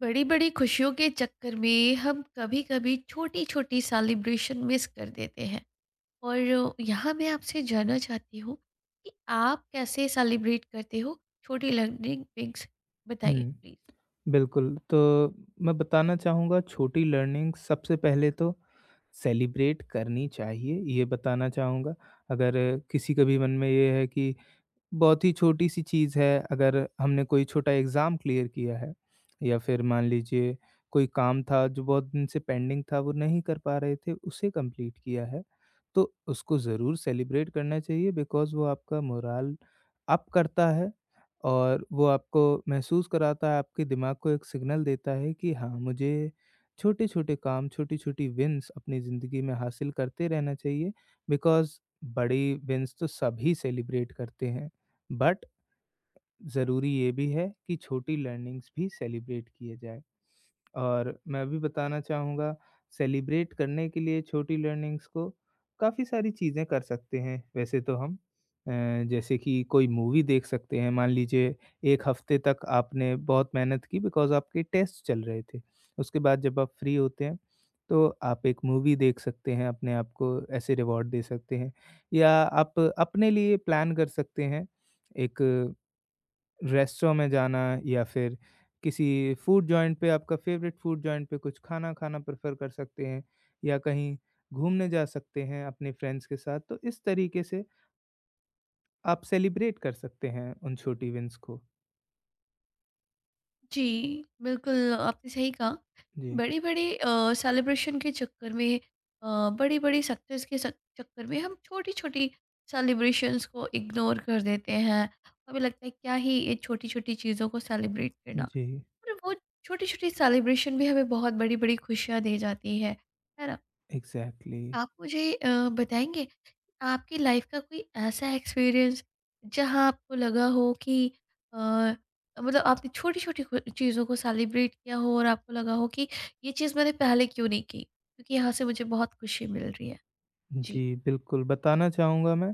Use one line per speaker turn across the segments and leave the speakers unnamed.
बड़ी-बड़ी खुशियों के चक्कर में हम कभी-कभी छोटी-छोटी सेलिब्रेशन मिस कर देते हैं और यहाँ मैं आपसे जानना चाहती हूँ कि आप कैसे सेलिब्रेट करते हो छोटी लर्निंग थिंग्स बताइए
हुँ,
प्लीज।
बिल्कुल। तो मैं बताना चाहूँगा, छोटी लर्निंग सबसे पहले तो सेलिब्रेट करनी चाहिए, ये बताना चाहूँगा। अगर किसी के भी मन में ये है कि बहुत ही छोटी-सी चीज़ है, अगर हमने कोई छोटा एग्ज़ाम क्लियर किया है, या फिर मान लीजिए कोई काम था जो बहुत दिन से पेंडिंग था, वो नहीं कर पा रहे थे, उसे कंप्लीट किया है, तो उसको ज़रूर सेलिब्रेट करना चाहिए, बिकॉज़ वो आपका मोराल अप करता है, और वो आपको महसूस कराता है, आपके दिमाग को एक सिग्नल देता है कि हाँ, मुझे छोटे-छोटे काम, छोटी-छोटी विन्स अपनी ज़िंदगी में हासिल करते रहना चाहिए, बिकॉज़ बड़ी विन्स तो सभी सेलिब्रेट करते हैं। बट ज़रूरी ये भी है कि छोटी लर्निंग्स भी सेलिब्रेट किए जाए। और मैं भी बताना चाहूँगा, सेलिब्रेट करने के लिए छोटी लर्निंग्स को काफ़ी सारी चीज़ें कर सकते हैं वैसे तो हम। अ, जैसे कि कोई मूवी देख सकते हैं, मान लीजिए एक हफ्ते तक आपने बहुत मेहनत की बिकॉज़ आपके टेस्ट चल रहे थे, उसके बाद जब आप फ्री होते हैं, तो आप एक मूवी देख सकते हैं, अपने आप को ऐसे रिवॉर्ड दे सकते हैं। या आप अपने लिए प्लान कर सकते हैं एक रेस्टोरेंट में जाना, या फिर किसी फूड जॉइंट पे, आपका फेवरेट फूड जॉइंट पे कुछ खाना खाना प्रेफ़र कर सकते हैं, या कहीं घूमने जा सकते हैं अपने फ्रेंड्स के साथ। तो इस तरीके से आप सेलिब्रेट कर सकते हैं उन छोटी विन्स को।
जी, बिल्कुल आपने सही कहा।
जी।
बड़े-बड़े सेलिब्रेशन के चक्कर में बड़ी-बड़ी सक्सेस के सक चक्कर में हम छोटी-छोटी सेलिब्रेशंस को इग्नोर कर देते हैं। हमें लगता है क्या ही ये छोटी-छोटी चीज़ों को सेलिब्रेट करना।
जी,
पर वो छोटी-छोटी सेलिब्रेशन भी हमें बहुत बड़ी-बड़ी खुशियाँ दे जाती है। है ना?
एग्ज़ैक्टली।
आप मुझे बताएँगे आपकी लाइफ का कोई ऐसा एक्सपीरियंस जहाँ आपको लगा हो कि अ, मतलब आपने छोटी-छोटी खु चीज़ों को सेलिब्रेट किया हो और आपको लगा हो कि ये चीज़ मैंने पहले क्यों नहीं की? क्योंकि यहाँ से मुझे बहुत खुशी मिल रही है। जी।
जी, बिल्कुल, बताना चाहूँगा मैं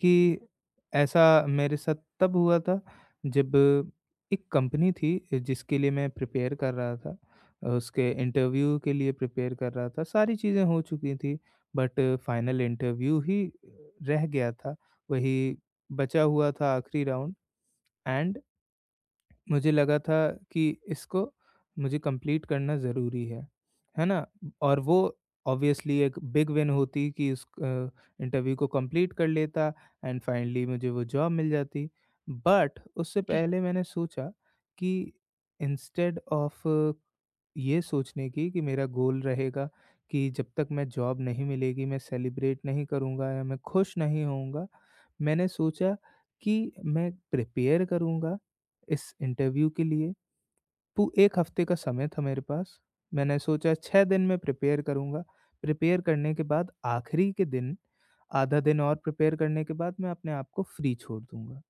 कि ऐसा मेरे साथ तब हुआ था जब एक कंपनी थी जिसके लिए मैं प्रिपेयर कर रहा था। उसके इंटरव्यू के लिए प्रिपेयर कर रहा था, सारी चीज़ें हो चुकी थी, बट फाइनल इंटरव्यू ही रह गया था, वही बचा हुआ था, आखिरी राउंड। एंड मुझे लगा था कि इसको मुझे कंप्लीट करना ज़रूरी है ना? और वो ऑब्वियसली एक बिग विन होती कि उस इंटरव्यू को कंप्लीट कर लेता, एंड फाइनली मुझे वो जॉब मिल जाती। बट उससे पहले मैंने सोचा कि इंस्टेड ऑफ ये सोचने की कि मेरा गोल रहेगा कि जब तक मैं जॉब नहीं मिलेगी, मैं सेलिब्रेट नहीं करूँगा या मैं खुश नहीं होऊँगा, मैंने सोचा कि मैं प्रिपेयर करूँगा इस इंटरव्यू के लिए। तो 1 हफ़्ते का समय था मेरे पास। मैंने सोचा 6 दिन में प्रिपेयर करूँगा। प्रिपेयर करने के बाद आखिरी के दिन, आधा दिन और प्रिपेयर करने के बाद मैं अपने आप को फ्री छोड़ दूँगा।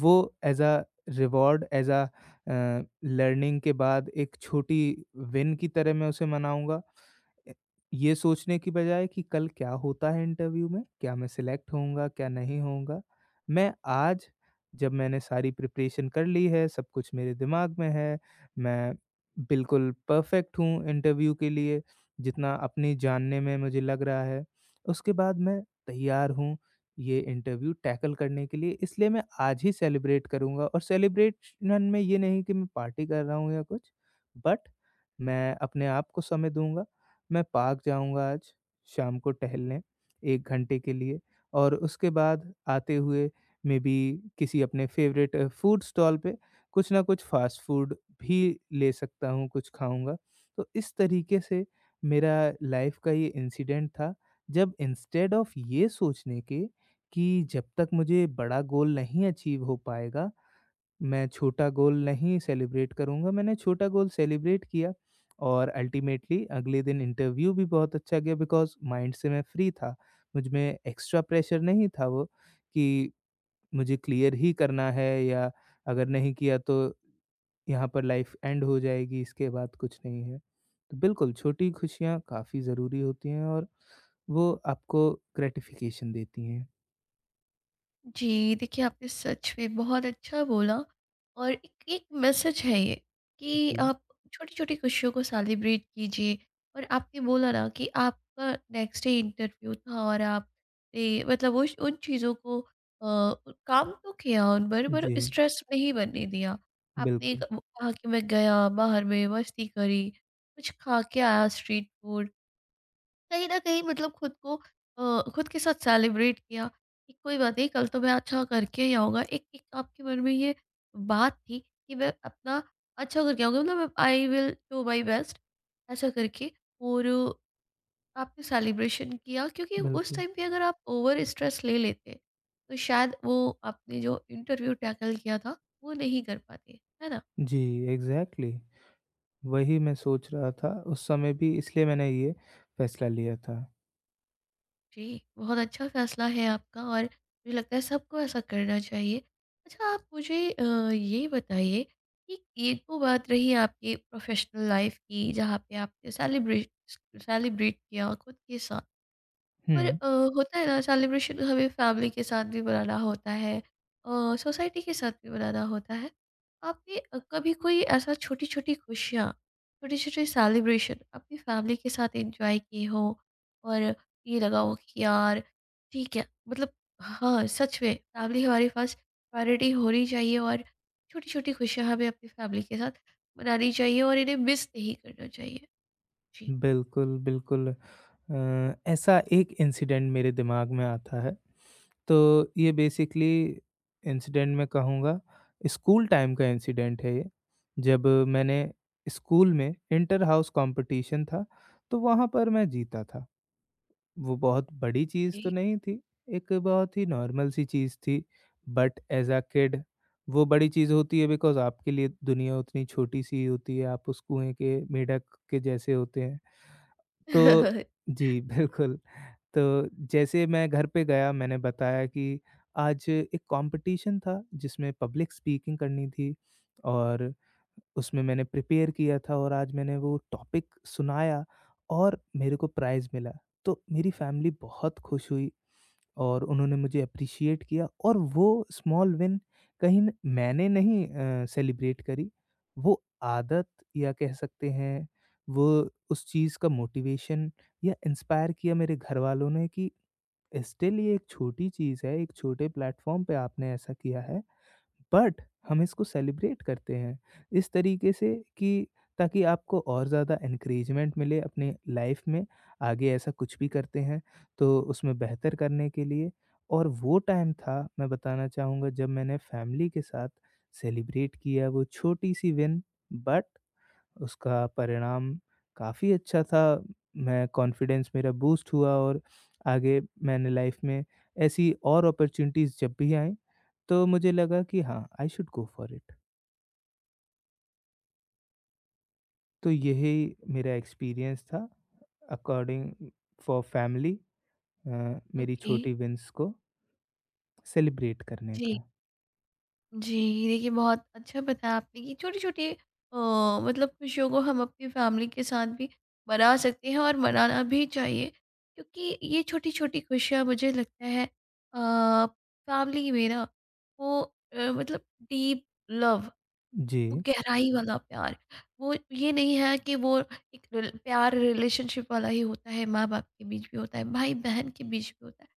वो as a reward, as a learning के बाद एक छोटी विन की तरह मैं उसे मनाऊँगा, अ, ये सोचने की बजाय कि कल क्या होता है इंटरव्यू में, क्या मैं सिलेक्ट होऊँगा, क्या नहीं होऊँगा। मैं आज, जब मैंने सारी प्रिपरेशन कर ली है, सब कुछ मेरे दिमाग में है, मैं बिल्कुल परफेक्ट हूँ इंटरव्यू के लिए, जितना अपनी जानने में मुझे लग रहा है। उसके बाद मैं तैयार हूँ ये इंटरव्यू टैकल करने के लिए, इसलिए मैं आज ही सेलिब्रेट करूँगा, और सेलिब्रेशन में ये नहीं कि मैं पार्टी कर रहा हूँ या कुछ, बट मैं अपने आप को समय दूँगा। मैं पार्क जाऊँगा आज शाम को टहलने, 1 घंटे के लिए, और उसके बाद आते हुए मेबी किसी अपने फ़ेवरेट फूड स्टॉल पे कुछ ना कुछ फ़ास्ट फूड भी ले सकता हूँ, कुछ खाऊँगा। तो इस तरीके से मेरा लाइफ़ का ये इंसिडेंट था, जब इंस्टेड ऑफ ये सोचने के कि जब तक मुझे बड़ा गोल नहीं अचीव हो पाएगा, मैं छोटा गोल नहीं सेलिब्रेट करूँगा, मैंने छोटा गोल सेलिब्रेट किया, और अल्टीमेटली अगले दिन इंटरव्यू भी बहुत अच्छा गया बिकॉज़ माइंड से मैं फ्री था। मुझ में एक्स्ट्रा प्रेशर नहीं था वो, कि मुझे क्लियर ही करना है, या अगर नहीं किया तो यहाँ पर लाइफ़ एंड हो जाएगी, इसके बाद कुछ नहीं है। तो बिल्कुल, छोटी खुशियाँ काफ़ी ज़रूरी होती हैं, और वो आपको ग्रैटिफ़िकेशन देती हैं।
जी, देखिए आपने सच में बहुत अच्छा बोला और एक एक मैसेज है ये कि
जी।
आप छोटी-छोटी खुशियों को सेलिब्रेट कीजिए। और आपने बोला ना कि आपका नेक्स्ट डे इंटरव्यू था और आपने मतलब वो उन चीज़ों को अ, काम तो किया उन पर
जी,
स्ट्रेस नहीं बनने दिया। आपने
बिल्कुल,
वो कहा कि मैं गया, बाहर में मस्ती करी, कुछ खा के आया स्ट्रीट फूड। कहीं न कहीं मतलब खुद को खुद के साथ सेलिब्रेट किया कि कोई बात नहीं, कल तो मैं अच्छा करके ही आऊँगा। एक एक आपके मन में ये बात थी कि मैं अपना अच्छा करके आऊँगा मतलब I will do my best ऐसा करके। और आपने सेलिब्रेशन किया क्योंकि उस
बिल्कुल।
टाइम पे अगर आप ओवर स्ट्रेस ले लेते, तो शायद वो आपने जो इंटरव्यू टैकल किया था, वो नहीं कर पाते, है ना?
जी, एग्ज़ैक्टली। वही मैं सोच रहा था, उस समय भी, इसलिए मैंने ये फ़ैसला लिया था।
जी, बहुत अच्छा फैसला है आपका और मुझे लगता है सबको ऐसा करना चाहिए। अच्छा आप मुझे ये बताइए कि ये तो बात रही आपकी प्रोफ़ेशनल लाइफ़ की जहाँ पे आपने सेलिब्रेट सेलिब्रेट किया खुद के साथ। और
हुँ,
होता है ना सेलिब्रेशन हमें फैमिली के साथ भी मनाना होता है, सोसाइटी के साथ भी मनाना होता है। आपने कभी कोई ऐसा छोटी छोटी खुशियाँ छोटी छोटी सेलिब्रेशन अपनी फैमिली के साथ एंजॉय किए हो और ये लगा हो कि यार ठीक है मतलब हाँ सच में फैमिली हमारे पास प्रायोरिटी होनी चाहिए और छोटी छोटी खुशियाँ हमें अपनी फैमिली के साथ मनानी चाहिए और इन्हें मिस नहीं करना चाहिए। जी।
बिल्कुल, बिल्कुल। ऐसा एक इंसिडेंट मेरे दिमाग में आता है। तो ये बेसिकली इंसिडेंट, मैं कहूँगा, स्कूल टाइम का इंसिडेंट है ये। जब मैंने स्कूल में इंटर हाउस कॉम्पिटिशन था, तो वहाँ पर मैं जीता था। वो बहुत बड़ी चीज़
ओके।
तो नहीं थी, एक बहुत ही नॉर्मल सी चीज़ थी, बट एज़ अ किड वो बड़ी चीज़ होती है, बिकॉज़ आपके लिए दुनिया उतनी छोटी-सी होती है, आप उस कुएँ के मेढक के जैसे होते हैं। तो जी, बिल्कुल। तो जैसे मैं घर पे गया, मैंने बताया कि आज एक कॉम्पिटिशन था जिसमें पब्लिक स्पीकिंग करनी थी, और उसमें मैंने प्रिपेयर किया था, और आज मैंने वो टॉपिक सुनाया, और मेरे को प्राइज़ मिला। तो मेरी फैमिली बहुत खुश हुई, और उन्होंने मुझे एप्रिशिएट किया, और वो स्मॉल विन कहीं न, मैंने नहीं सेलिब्रेट करी, वो आदत, या कह सकते हैं वो उस चीज़ का मोटिवेशन या इंस्पायर किया मेरे घरवालों ने कि स्टिल ये एक छोटी चीज़ है, एक छोटे प्लेटफ़ॉर्म पे आपने ऐसा किया है। बट हम इसको सेलिब्रेट करते हैं इस तरीके से, कि ताकि आपको और ज़्यादा एनकरेजमेंट मिले, अपने लाइफ में आगे ऐसा कुछ भी करते हैं तो उसमें बेहतर करने के लिए। और वो टाइम था, मैं बताना चाहूँगा, जब मैंने फैमिली के साथ सेलिब्रेट किया वो छोटी सी विन, बट उसका परिणाम काफ़ी अच्छा था। मैं कॉन्फिडेंस मेरा बूस्ट हुआ, और आगे मैंने लाइफ में ऐसी और अपॉर्चुनिटीज़ जब भी आई, तो मुझे लगा कि हाँ, I should go for it. तो यही मेरा एक्सपीरियंस था अकॉर्डिंग फॉर फैमिली, मेरी
ओके।
छोटी विन्स को सेलिब्रेट करने
जी।
का।
जी, देखिए बहुत अच्छा बताया आपने कि छोटी-छोटी अ, मतलब खुशियों को हम अपनी फैमिली के साथ भी मना सकते हैं और मनाना भी चाहिए। क्योंकि ये छोटी-छोटी खुशियाँ मुझे लगता है फैमिली में ना वो मतलब डीप लव,
जी।
वो गहराई वाला प्यार, वो ये नहीं है कि वो एक रिल प्यार रिलेशनशिप वाला ही होता है, माँ-बाप के बीच भी होता है, भाई-बहन के बीच भी होता है।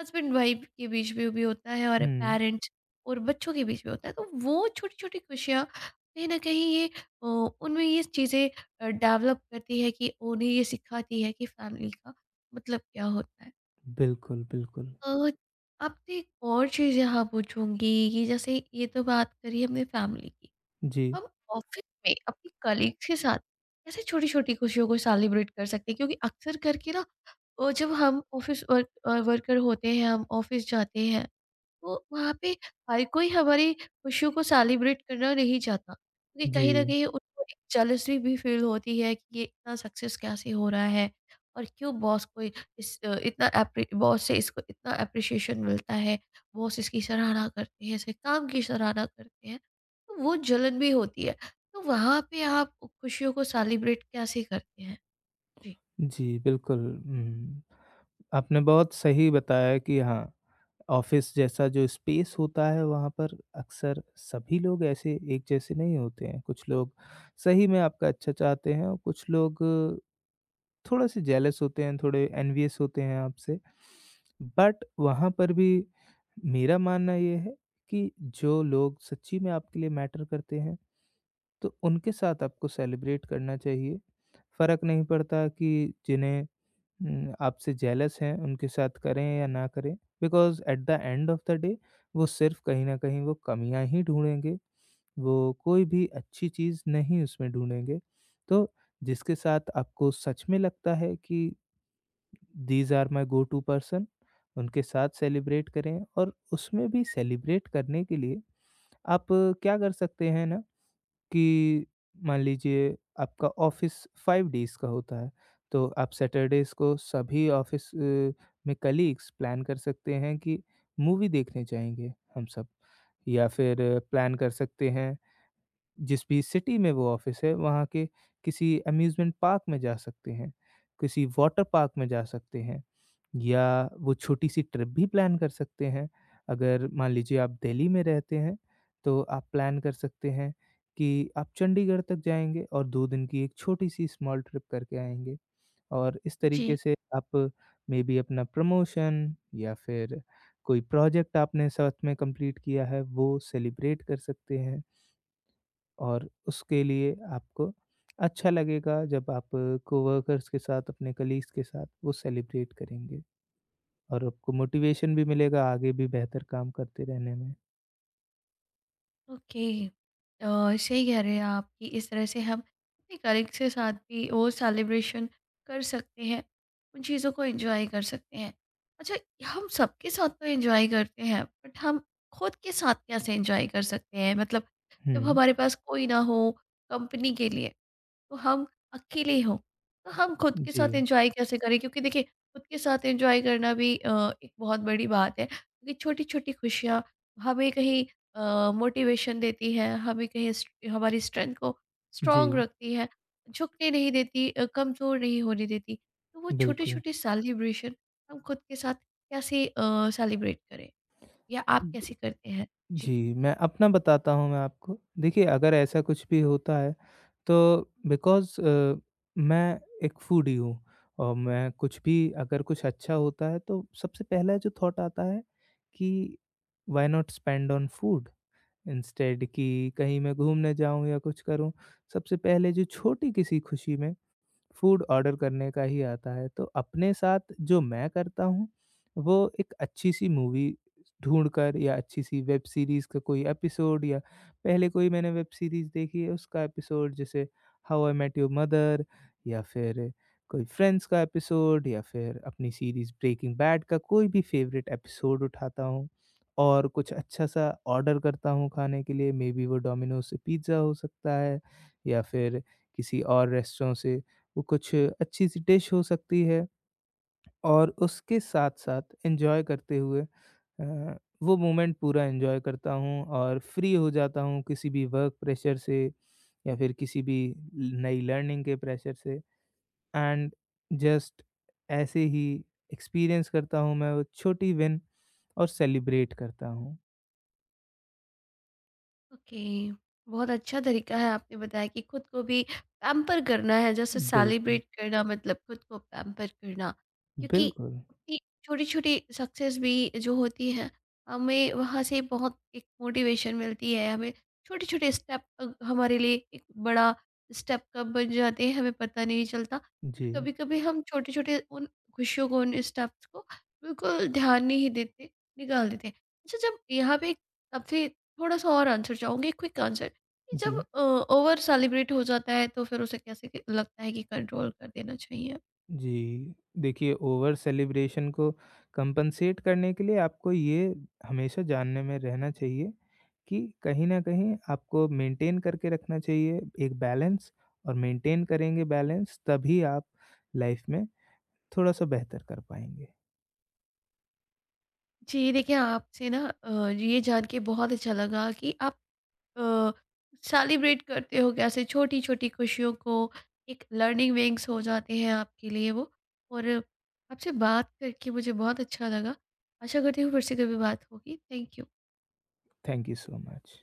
हस्बैंड वाइफ के बीच में भी होता है और
हुँ,
पेरेंट्स और बच्चों के बीच में होता है। तो वो छोटी छोटी खुशियाँ कहीं ना कहीं ये उनमें ये चीज़ें डेवलप करती है कि उन्हें ये सिखाती है कि फैमिली का मतलब क्या होता है।
बिल्कुल, बिल्कुल।
तो आपसे एक और चीज़ यहाँ पूछूंगी कि जैसे ये तो बात करी हमने फैमिली की,
जी,
हम ऑफिस में अपने कलीग्स के साथ कैसे छोटी छोटी खुशियों को सेलिब्रेट कर सकते हैं? क्योंकि अक्सर करके ना, और जब हम ऑफिस वर्क वर्कर होते हैं, हम ऑफिस जाते हैं, तो वहाँ पे हर कोई हमारी खुशियों को सेलिब्रेट करना नहीं चाहता, क्योंकि कहीं न
जी,
कहीं उनको एक जेलसी भी फ़ील होती है कि ये इतना सक्सेस कैसे हो रहा है और क्यों बॉस को इस अ, इतना एप्री बॉस से इसको इतना एप्रिसिएशन मिलता है, बॉस इसकी सराहना करते हैं, इसके काम की सराहना करते हैं, तो वो जलन भी होती है। तो वहाँ पे आप खुशियों को सेलिब्रेट कैसे करते हैं? जी।
जी, बिल्कुल। हुँ, आपने बहुत सही बताया कि हाँ, ऑफ़िस जैसा जो स्पेस होता है वहाँ पर अक्सर सभी लोग ऐसे एक जैसे नहीं होते हैं। कुछ लोग सही में आपका अच्छा चाहते हैं, और कुछ लोग थोड़ा से जेलस होते हैं, थोड़े एनवियस होते हैं आपसे। बट वहाँ पर भी मेरा मानना ये है, कि जो लोग सच्ची में आपके लिए मैटर करते हैं, तो उनके साथ आपको सेलिब्रेट करना चाहिए। फ़र्क नहीं पड़ता कि जिन्हें आपसे जेलस हैं, उनके साथ करें या ना करें। Because at the end of the day वो सिर्फ़ कहीं न कहीं वो कमियाँ ही ढूँढेंगे। वो कोई भी अच्छी चीज़ नहीं उसमें ढूँढेंगे। तो जिसके साथ आपको सच में लगता है कि these are my go to person, उनके साथ सेलिब्रेट करें, और उसमें भी सेलिब्रेट करने के लिए आप क्या कर सकते हैं ना, कि मान लीजिए आपका ऑफिस 5 डेज़ का होता है, तो आप सैटरडेज़ को सभी ऑफिस में कलीग्स प्लान कर सकते हैं कि मूवी देखने जाएँगे हम सब, या फिर प्लान कर सकते हैं जिस भी सिटी में वो ऑफ़िस है वहाँ के किसी अम्यूज़मेंट पार्क में जा सकते हैं, किसी वाटर पार्क में जा सकते हैं, या वो छोटी-सी ट्रिप भी प्लान कर सकते हैं। अगर मान लीजिए आप दिल्ली में रहते हैं, तो आप प्लान कर सकते हैं कि आप चंडीगढ़ तक जाएँगे और 2 दिन की एक छोटी-सी स्मॉल ट्रिप करके आएँगे, और इस तरीके
जी।
से आप मेबी अपना प्रमोशन, या फिर कोई प्रोजेक्ट आपने साथ में कंप्लीट किया है, वो सेलिब्रेट कर सकते हैं। और उसके लिए आपको अच्छा लगेगा जब आप कोवर्कर्स के साथ, अपने कलीग्स के साथ वो सेलिब्रेट करेंगे, और आपको मोटिवेशन भी मिलेगा आगे भी बेहतर काम करते रहने में।
ओके। अ, सही कह रहे हैं आप कि इस तरह से हम अपने कलीग के साथ भी वो सेलिब्रेशन कर सकते हैं, उन चीज़ों को एंजॉय कर सकते हैं। अच्छा, हम सबके साथ तो एंजॉय करते हैं बट हम खुद के साथ कैसे एंजॉय कर सकते हैं मतलब जब
हुँ,
हमारे पास कोई ना हो कंपनी के लिए, तो हम अकेले हों, तो हम खुद के साथ
जी,
एंजॉय कैसे करें? क्योंकि देखिए, खुद के साथ एंजॉय करना भी एक बहुत बड़ी बात है क्योंकि छोटी-छोटी खुशियाँ हमें कहीं मोटिवेशन देती है, हमें कहीं स्ट हमारी स्ट्रेंथ को स्ट्रॉन्ग
जी,
रखती है, झुकने नहीं देती, कमज़ोर नहीं होने देती। तो वो
बिल्कुल।
छोटे-छोटे सेलिब्रेशन हम खुद के साथ कैसे सेलिब्रेट करें या आप कैसे करते हैं? जी।
जी, मैं अपना बताता हूँ मैं आपको। देखिए, अगर ऐसा कुछ भी होता है, तो बिकॉज़ मैं एक फूडी हूँ, और मैं कुछ भी अगर कुछ अच्छा होता है तो सबसे पहला जो थॉट आता है कि why not spend on food? Instead कि कहीं मैं घूमने जाऊँ या कुछ करूँ। सबसे पहले जो छोटी किसी खुशी में फूड ऑर्डर करने का ही आता है। तो अपने साथ जो मैं करता हूँ, वो एक अच्छी-सी मूवी ढूँढकर, या अच्छी-सी वेब सीरीज़ का कोई एपिसोड, या पहले कोई मैंने वेब सीरीज़ देखी है, उसका एपिसोड, जैसे how I met your mother, या फिर कोई फ्रेंड्स का एपिसोड, या फिर अपनी सीरीज़ ब्रेकिंग बैड का कोई भी फ़ेवरेट एपिसोड उठाता हूँ, और कुछ अच्छा-सा ऑर्डर करता हूँ खाने के लिए। मेबी वो डोमिनोज़ से पिज़्ज़ा हो सकता है, या फिर किसी और रेस्टोरेंट से वो कुछ अच्छी-सी डिश हो सकती है, और उसके साथ-साथ एन्जॉय करते हुए, अ, वो मोमेंट पूरा एन्जॉय करता हूँ, और फ्री हो जाता हूँ किसी भी वर्क प्रेशर से, या फिर किसी भी नई लर्निंग के प्रेशर से, एंड जस्ट ऐसे ही एक्सपीरियंस करता हूँ मैं वो छोटी विन, और सेलिब्रेट करता हूँ।
ओके। बहुत अच्छा तरीका है आपने बताया कि खुद को भी पैम्पर करना है जैसे
बिल्कुल,
सेलिब्रेट करना मतलब खुद को पैम्पर करना। क्योंकि
बिल्कुल।
अपनी छोटी छोटी सक्सेस भी जो होती है, हमें वहाँ से बहुत एक मोटिवेशन मिलती है। हमें छोटे छोटे स्टेप हमारे लिए एक बड़ा स्टेप कब बन जाते हैं हमें पता नहीं चलता, बट
जी,
कभी कभी हम छोटे छोटे उन खुशियों को उन स्टेप्स को बिल्कुल ध्यान नहीं देते, निकाल देते हैं। अच्छा, जब यहाँ पे सबसे थोड़ा सा और आंसर चाहूँगी, क्विक आंसर कि
जी।
जब ओवर सेलिब्रेट हो जाता है तो फिर उसे कैसे लगता है कि कंट्रोल कर देना चाहिए।
जी, देखिए ओवर सेलिब्रेशन को कंपनसेट करने के लिए आपको ये हमेशा जानने में रहना चाहिए, कि कहीं न कहीं आपको मेंटेन करके रखना चाहिए एक बैलेंस, और मेंटेन करेंगे बैलेंस, तभी आप लाइफ में थोड़ा-सा बेहतर कर पाएँगे।
जी, देखिए आपसे ना ये जान के बहुत अच्छा लगा कि आप सेलिब्रेट करते हो कैसे छोटी छोटी खुशियों को, एक लर्निंग विंग्स हो जाते हैं आपके लिए वो। और आपसे बात करके मुझे बहुत अच्छा लगा। आशा करती हूँ फिर से कभी बात होगी। Thank you.
Thank you so much.